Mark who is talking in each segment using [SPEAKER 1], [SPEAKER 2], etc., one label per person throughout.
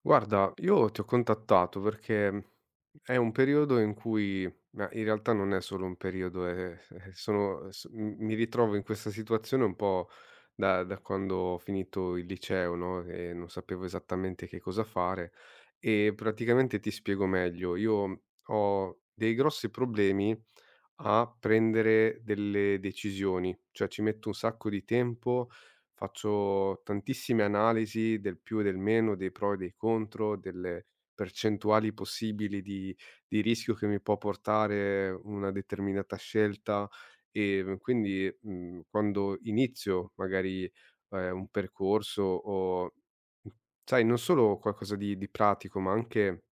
[SPEAKER 1] Guarda, io ti ho contattato perché è un periodo in cui, ma in realtà non è solo un periodo, mi ritrovo in questa situazione un po' da quando ho finito il liceo, no? E non sapevo esattamente che cosa fare. E praticamente ti spiego meglio, io ho dei grossi problemi a prendere delle decisioni, cioè ci metto un sacco di tempo, faccio tantissime analisi del più e del meno, dei pro e dei contro, delle percentuali possibili di rischio che mi può portare una determinata scelta. Quindi, quando inizio magari, un percorso o, mhmm, sai, non solo qualcosa di pratico, ma anche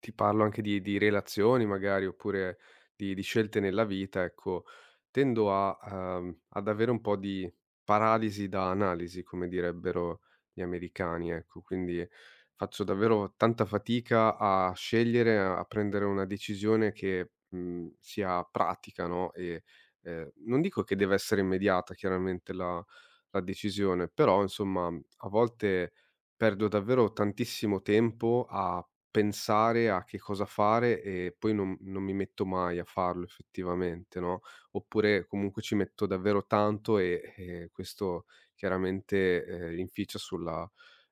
[SPEAKER 1] ti parlo anche di relazioni magari, oppure di scelte nella vita, ecco, tendo a ad avere un po' di paralisi da analisi, come direbbero gli americani, ecco. Quindi faccio davvero tanta fatica a scegliere, a prendere una decisione che, sia pratica, no, e, non dico che deve essere immediata chiaramente la decisione, però insomma a volte perdo davvero tantissimo tempo a pensare a che cosa fare e poi non mi metto mai a farlo effettivamente, no, oppure comunque ci metto davvero tanto e questo chiaramente, inficia sulla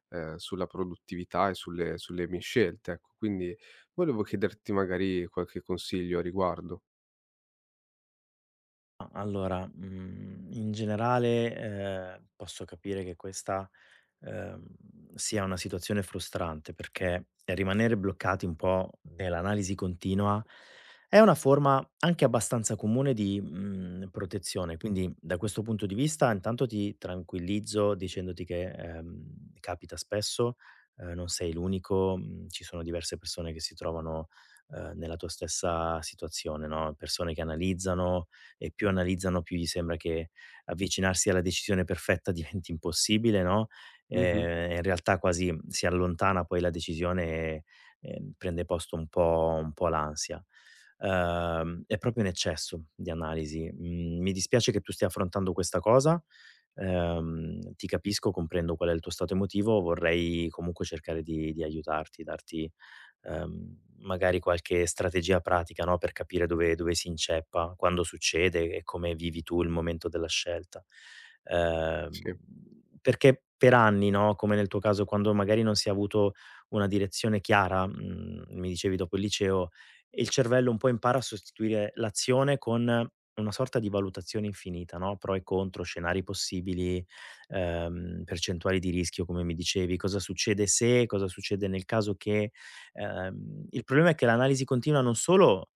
[SPEAKER 1] sulla produttività e sulle mie scelte, ecco. Quindi volevo chiederti magari qualche consiglio a riguardo.
[SPEAKER 2] Ma allora, in generale, posso capire che questa ehm, sia una situazione frustrante, perché rimanere bloccati un po' nell'analisi continua è una forma anche abbastanza comune di protezione. Quindi, da questo punto di vista, intanto ti tranquillizzo dicendoti che capita spesso, non sei l'unico, ci sono diverse persone che si trovano nella tua stessa situazione, no? Persone che analizzano e più analizzano più gli sembra che avvicinarsi alla decisione perfetta diventi impossibile, no?
[SPEAKER 1] Mh-mh.
[SPEAKER 2] In realtà quasi si allontana poi la decisione e, prende posto un po' l'ansia. È proprio un eccesso di analisi. Mhmm, Mi dispiace che tu stia affrontando questa cosa, ti capisco, comprendo qual è il tuo stato emotivo, vorrei comunque cercare di aiutarti, darti magari qualche strategia pratica, no, per capire dove si inceppa, quando succede e come vivi tu il momento della scelta. Ehm,
[SPEAKER 1] Sì.
[SPEAKER 2] Perché per anni, no, come nel tuo caso, quando magari non si è avuto una direzione chiara, mi dicevi dopo il liceo, il cervello un po' impara a sostituire l'azione con una sorta di valutazione infinita, no, pro e contro, scenari possibili, percentuali di rischio come mi dicevi, cosa succede se, cosa succede nel caso che, il problema è che l'analisi continua non solo,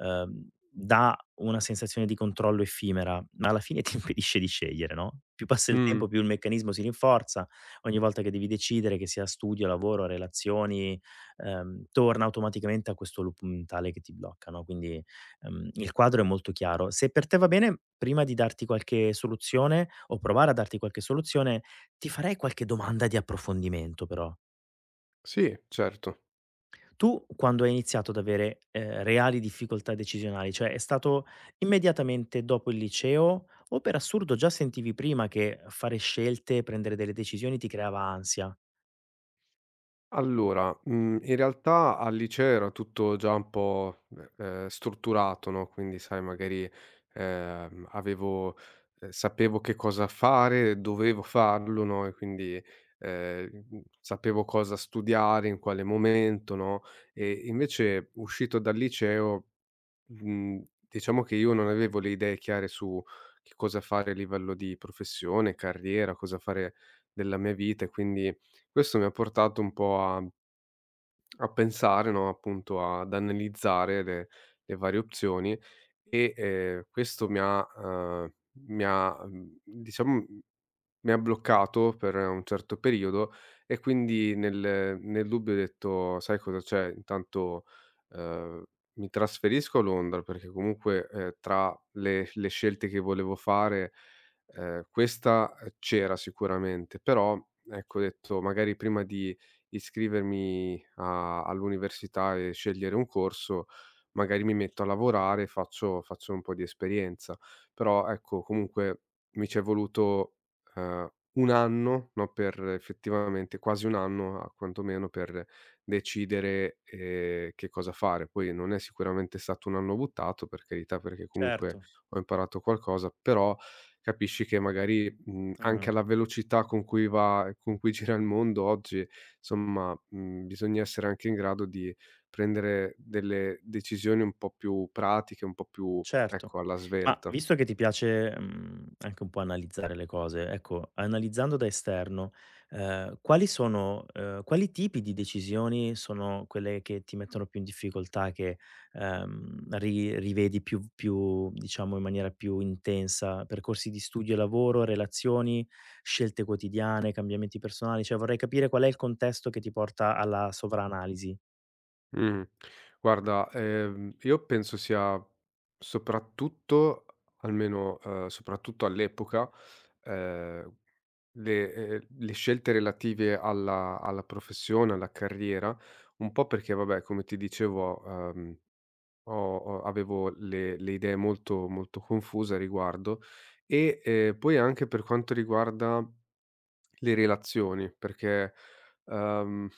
[SPEAKER 2] ehm, dà una sensazione di controllo effimera, ma alla fine ti impedisce di scegliere, no, più passa il
[SPEAKER 1] Mh.
[SPEAKER 2] tempo, più il meccanismo si rinforza, ogni volta che devi decidere, che sia studio, lavoro, relazioni, torna automaticamente a questo loop mentale che ti blocca, no, quindi, il quadro è molto chiaro. Se per te va bene, prima di darti qualche soluzione o provare a darti qualche soluzione, ti farei qualche domanda di approfondimento però.
[SPEAKER 1] Sì, certo.
[SPEAKER 2] Tu quando hai iniziato ad avere, reali difficoltà decisionali, cioè è stato immediatamente dopo il liceo o per assurdo già sentivi prima che fare scelte, prendere delle decisioni ti creava ansia?
[SPEAKER 1] Allora, in realtà al liceo era tutto già un po', strutturato, no, quindi sai magari, avevo sapevo che cosa fare, dovevo farlo, no, e quindi, sapevo cosa studiare, in quale momento, no, e invece uscito dal liceo, mhmm, diciamo che io non avevo le idee chiare su che cosa fare a livello di professione, carriera, cosa fare della mia vita e quindi questo mi ha portato un po' a pensare, no, appunto ad analizzare le varie opzioni e, questo mi ha diciamo mi ha bloccato per un certo periodo e quindi nel dubbio ho detto: "Sai cosa c'è? Intanto, ehm, mi trasferisco a Londra", perché comunque, tra le scelte che volevo fare, questa, c'era sicuramente, però ecco ho detto: "Magari prima di iscrivermi a all'università e scegliere un corso, magari mi metto a lavorare e faccio un po' di esperienza". Però ecco, comunque mi c'è voluto ehm, 1 anno, no, per effettivamente quasi 1 anno a quantomeno per decidere, che cosa fare. Poi non è sicuramente stato un anno buttato, per carità, perché comunque
[SPEAKER 2] Certo.
[SPEAKER 1] ho imparato qualcosa, però capisci che magari, anche
[SPEAKER 2] Mh.
[SPEAKER 1] alla velocità con cui va e con cui gira il mondo oggi, somma, bisogna essere anche in grado di prendere delle decisioni un po' più pratiche, un po' più,
[SPEAKER 2] Certo.
[SPEAKER 1] ecco, alla
[SPEAKER 2] Ma
[SPEAKER 1] svelta.
[SPEAKER 2] visto che ti piace, anche un po' analizzare le cose, ecco, analizzando da esterno, quali sono quali tipi di decisioni sono quelle che ti mettono più in difficoltà, che, ri rivedi più diciamo in maniera più intensa? Percorsi di studio e lavoro, relazioni, scelte quotidiane, cambiamenti personali? Cioè vorrei capire qual è il contesto che ti porta alla sovraanalisi.
[SPEAKER 1] Mh. Guarda, io penso sia soprattutto almeno, soprattutto all'epoca, ehm, le scelte relative alla professione, alla carriera, un po' perché vabbè, come ti dicevo, ho ho avevo le idee molto confuse a riguardo e, poi anche per quanto riguarda le relazioni, perché, uhm,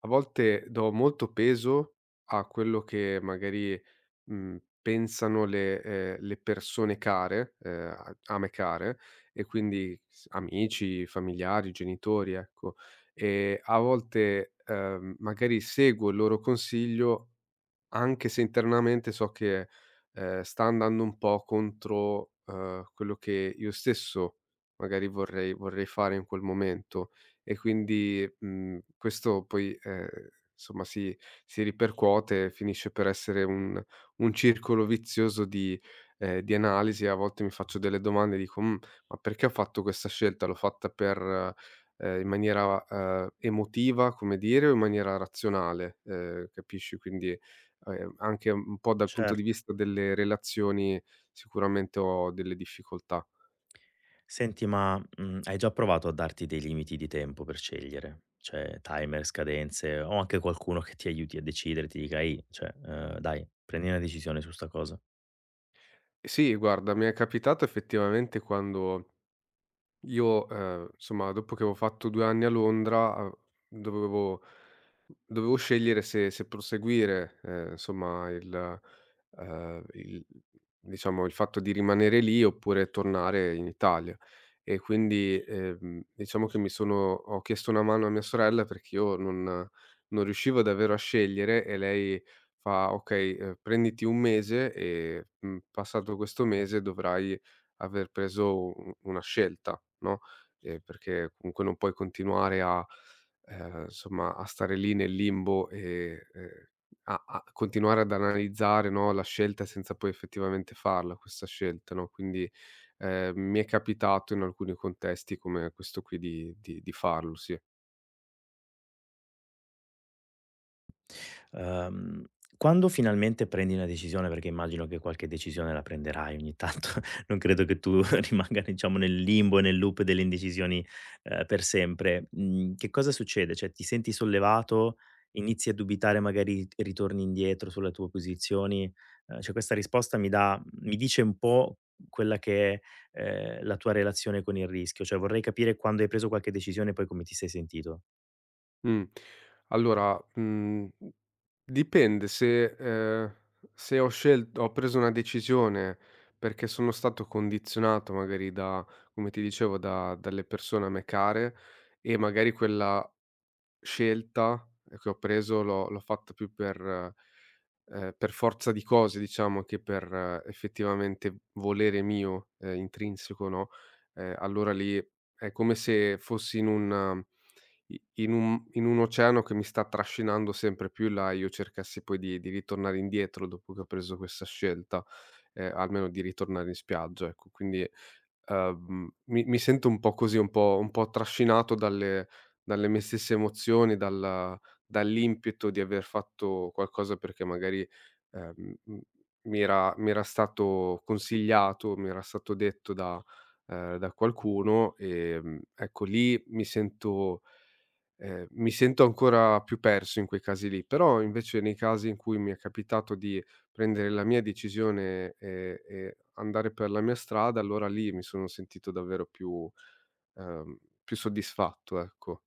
[SPEAKER 1] a volte do molto peso a quello che magari, pensano le persone care, a me care, e quindi s amici, familiari, genitori, ecco. E a volte, magari seguo il loro consiglio anche se internamente so che, sta andando un po' contro, quello che io stesso magari vorrei fare in quel momento e quindi, questo poi, insomma si ripercuote e finisce per essere un circolo vizioso di analisi. A volte mi faccio delle domande e dico: "Mhmm, ma perché ho fatto questa scelta? L'ho fatta per in maniera, emotiva, come dire, o in maniera razionale?" Capisci? Anche un po' dal punto
[SPEAKER 2] Cer
[SPEAKER 1] di vista delle relazioni sicuramente ho delle difficoltà.
[SPEAKER 2] Senti, ma, hai già provato a darti dei limiti di tempo per scegliere? Cioè timer, scadenze o anche qualcuno che ti aiuti a decidere, ti dica: "Ehi, cioè, dai, prendi una decisione su 'sta cosa".
[SPEAKER 1] Sì, guarda, mi è capitato effettivamente quando Io, insomma, dopo che avevo fatto 2 anni a Londra, av dovevo dovevo scegliere se proseguire, insomma, il diciamo, il fatto di rimanere lì oppure tornare in Italia. E quindi, diciamo che mi sono ho chiesto una mano a mia sorella perché io non riuscivo davvero a scegliere e lei fa: "Okay, prenditi 1 mese e, passato questo mese dovrai aver preso u una scelta, no, perché comunque non puoi continuare a insomma, a stare lì nel limbo e, a continuare ad analizzare, no, la scelta senza poi effettivamente farla questa scelta, no, quindi, mi è capitato in alcuni contesti come questo qui di farlo, sì.
[SPEAKER 2] Ehm, Quando finalmente prendi una decisione, perché immagino che qualche decisione la prenderai ogni tanto, non credo che tu rimanga diciamo nel limbo e nel loop delle indecisioni, per sempre. Mhmm, che cosa succede? Cioè ti senti sollevato, inizi a dubitare, magari ritorni indietro sulle tue posizioni? Cioè questa risposta mi dice un po' quella che è, la tua relazione con il rischio, cioè vorrei capire quando hai preso qualche decisione e poi come ti sei sentito.
[SPEAKER 1] Mh. Allora, dipende se ho preso una decisione perché sono stato condizionato magari da come ti dicevo da dalle persone a me care e magari quella scelta, che ho preso l'ho fatta più per forza di cose diciamo che per effettivamente volere mio, intrinseco, no, allora lì è come se fossi in un in un oceano che mi sta trascinando sempre più in là e io cercassi poi di ritornare indietro dopo che ho preso questa scelta, almeno di ritornare in spiaggia, ecco. Mi sento un po' così, un po' trascinato dalle mie stesse emozioni, dalla dall'impeto di aver fatto qualcosa perché magari, m mi era stato consigliato, mi era stato detto da da qualcuno, ecco lì mi sento ancora più perso in quei casi lì. Però invece nei casi in cui mi è capitato di prendere la mia decisione e andare per la mia strada, allora lì mi sono sentito davvero più ehm, più soddisfatto, ecco.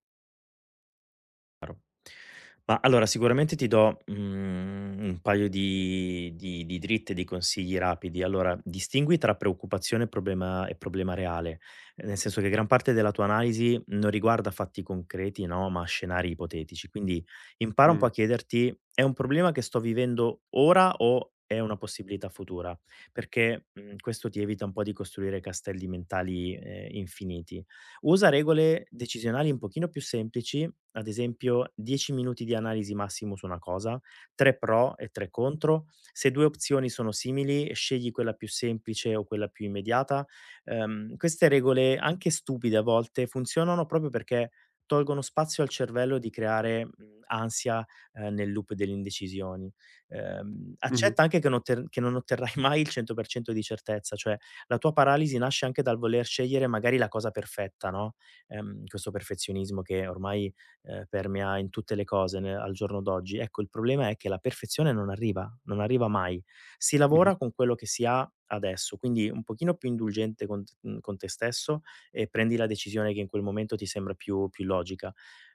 [SPEAKER 2] Ma allora sicuramente ti do, un paio di dritte, di consigli rapidi. Allora, distingui tra preoccupazione e problema reale, nel senso che gran parte della tua analisi non riguarda fatti concreti, no, ma scenari ipotetici. Quindi impara un po'
[SPEAKER 1] Mh.
[SPEAKER 2] a chiederti: "È un problema che sto vivendo ora o è una possibilità futura?" Perché, questo ti evita un po' di costruire castelli mentali, infiniti. Usa regole decisionali un pochino più semplici, ad esempio, 10 minuti di analisi massimo su una cosa, 3 pro e 3 contro. Se 2 opzioni sono simili, scegli quella più semplice o quella più immediata. Queste regole, anche stupide a volte, funzionano proprio perché tolgono spazio al cervello di creare, ansia, nel loop delle indecisioni.
[SPEAKER 1] Mh-mh.
[SPEAKER 2] Accetta anche che non otterrai mai il 100% di certezza, cioè la tua paralisi nasce anche dal voler scegliere magari la cosa perfetta, no, questo perfezionismo che ormai permea in tutte le cose ne al giorno d'oggi. Ecco, il problema è che la perfezione non arriva, non arriva mai. Si
[SPEAKER 1] Mh-mh.
[SPEAKER 2] lavora con quello che si ha adesso, quindi un pochino più indulgente con t con te stesso e prendi la decisione che in quel momento ti sembra più logica.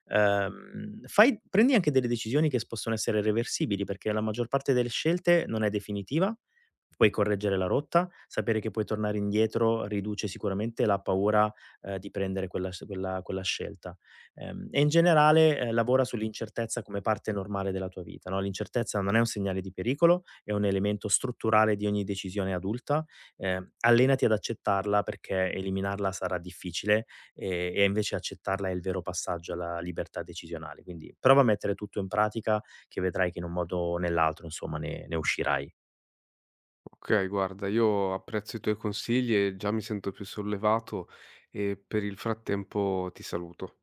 [SPEAKER 2] Fai prendi anche delle decisioni che s possono essere reversibili, perché la maggior parte delle scelte non è definitiva, puoi correggere la rotta, sapere che puoi tornare indietro riduce sicuramente la paura, di prendere quella s quella quella scelta. E in generale, lavora sull'incertezza come parte normale della tua vita, no, l'incertezza non è un segnale di pericolo, è un elemento strutturale di ogni decisione adulta. Allenati ad accettarla perché eliminarla sarà difficile, ehm, e invece accettarla è il vero passaggio alla libertà decisionale. Quindi prova a mettere tutto in pratica che vedrai che in un modo o nell'altro, insomma, ne uscirai.
[SPEAKER 1] Okay, guarda, io apprezzo i tuoi consigli e già mi sento più sollevato e per il frattempo ti saluto.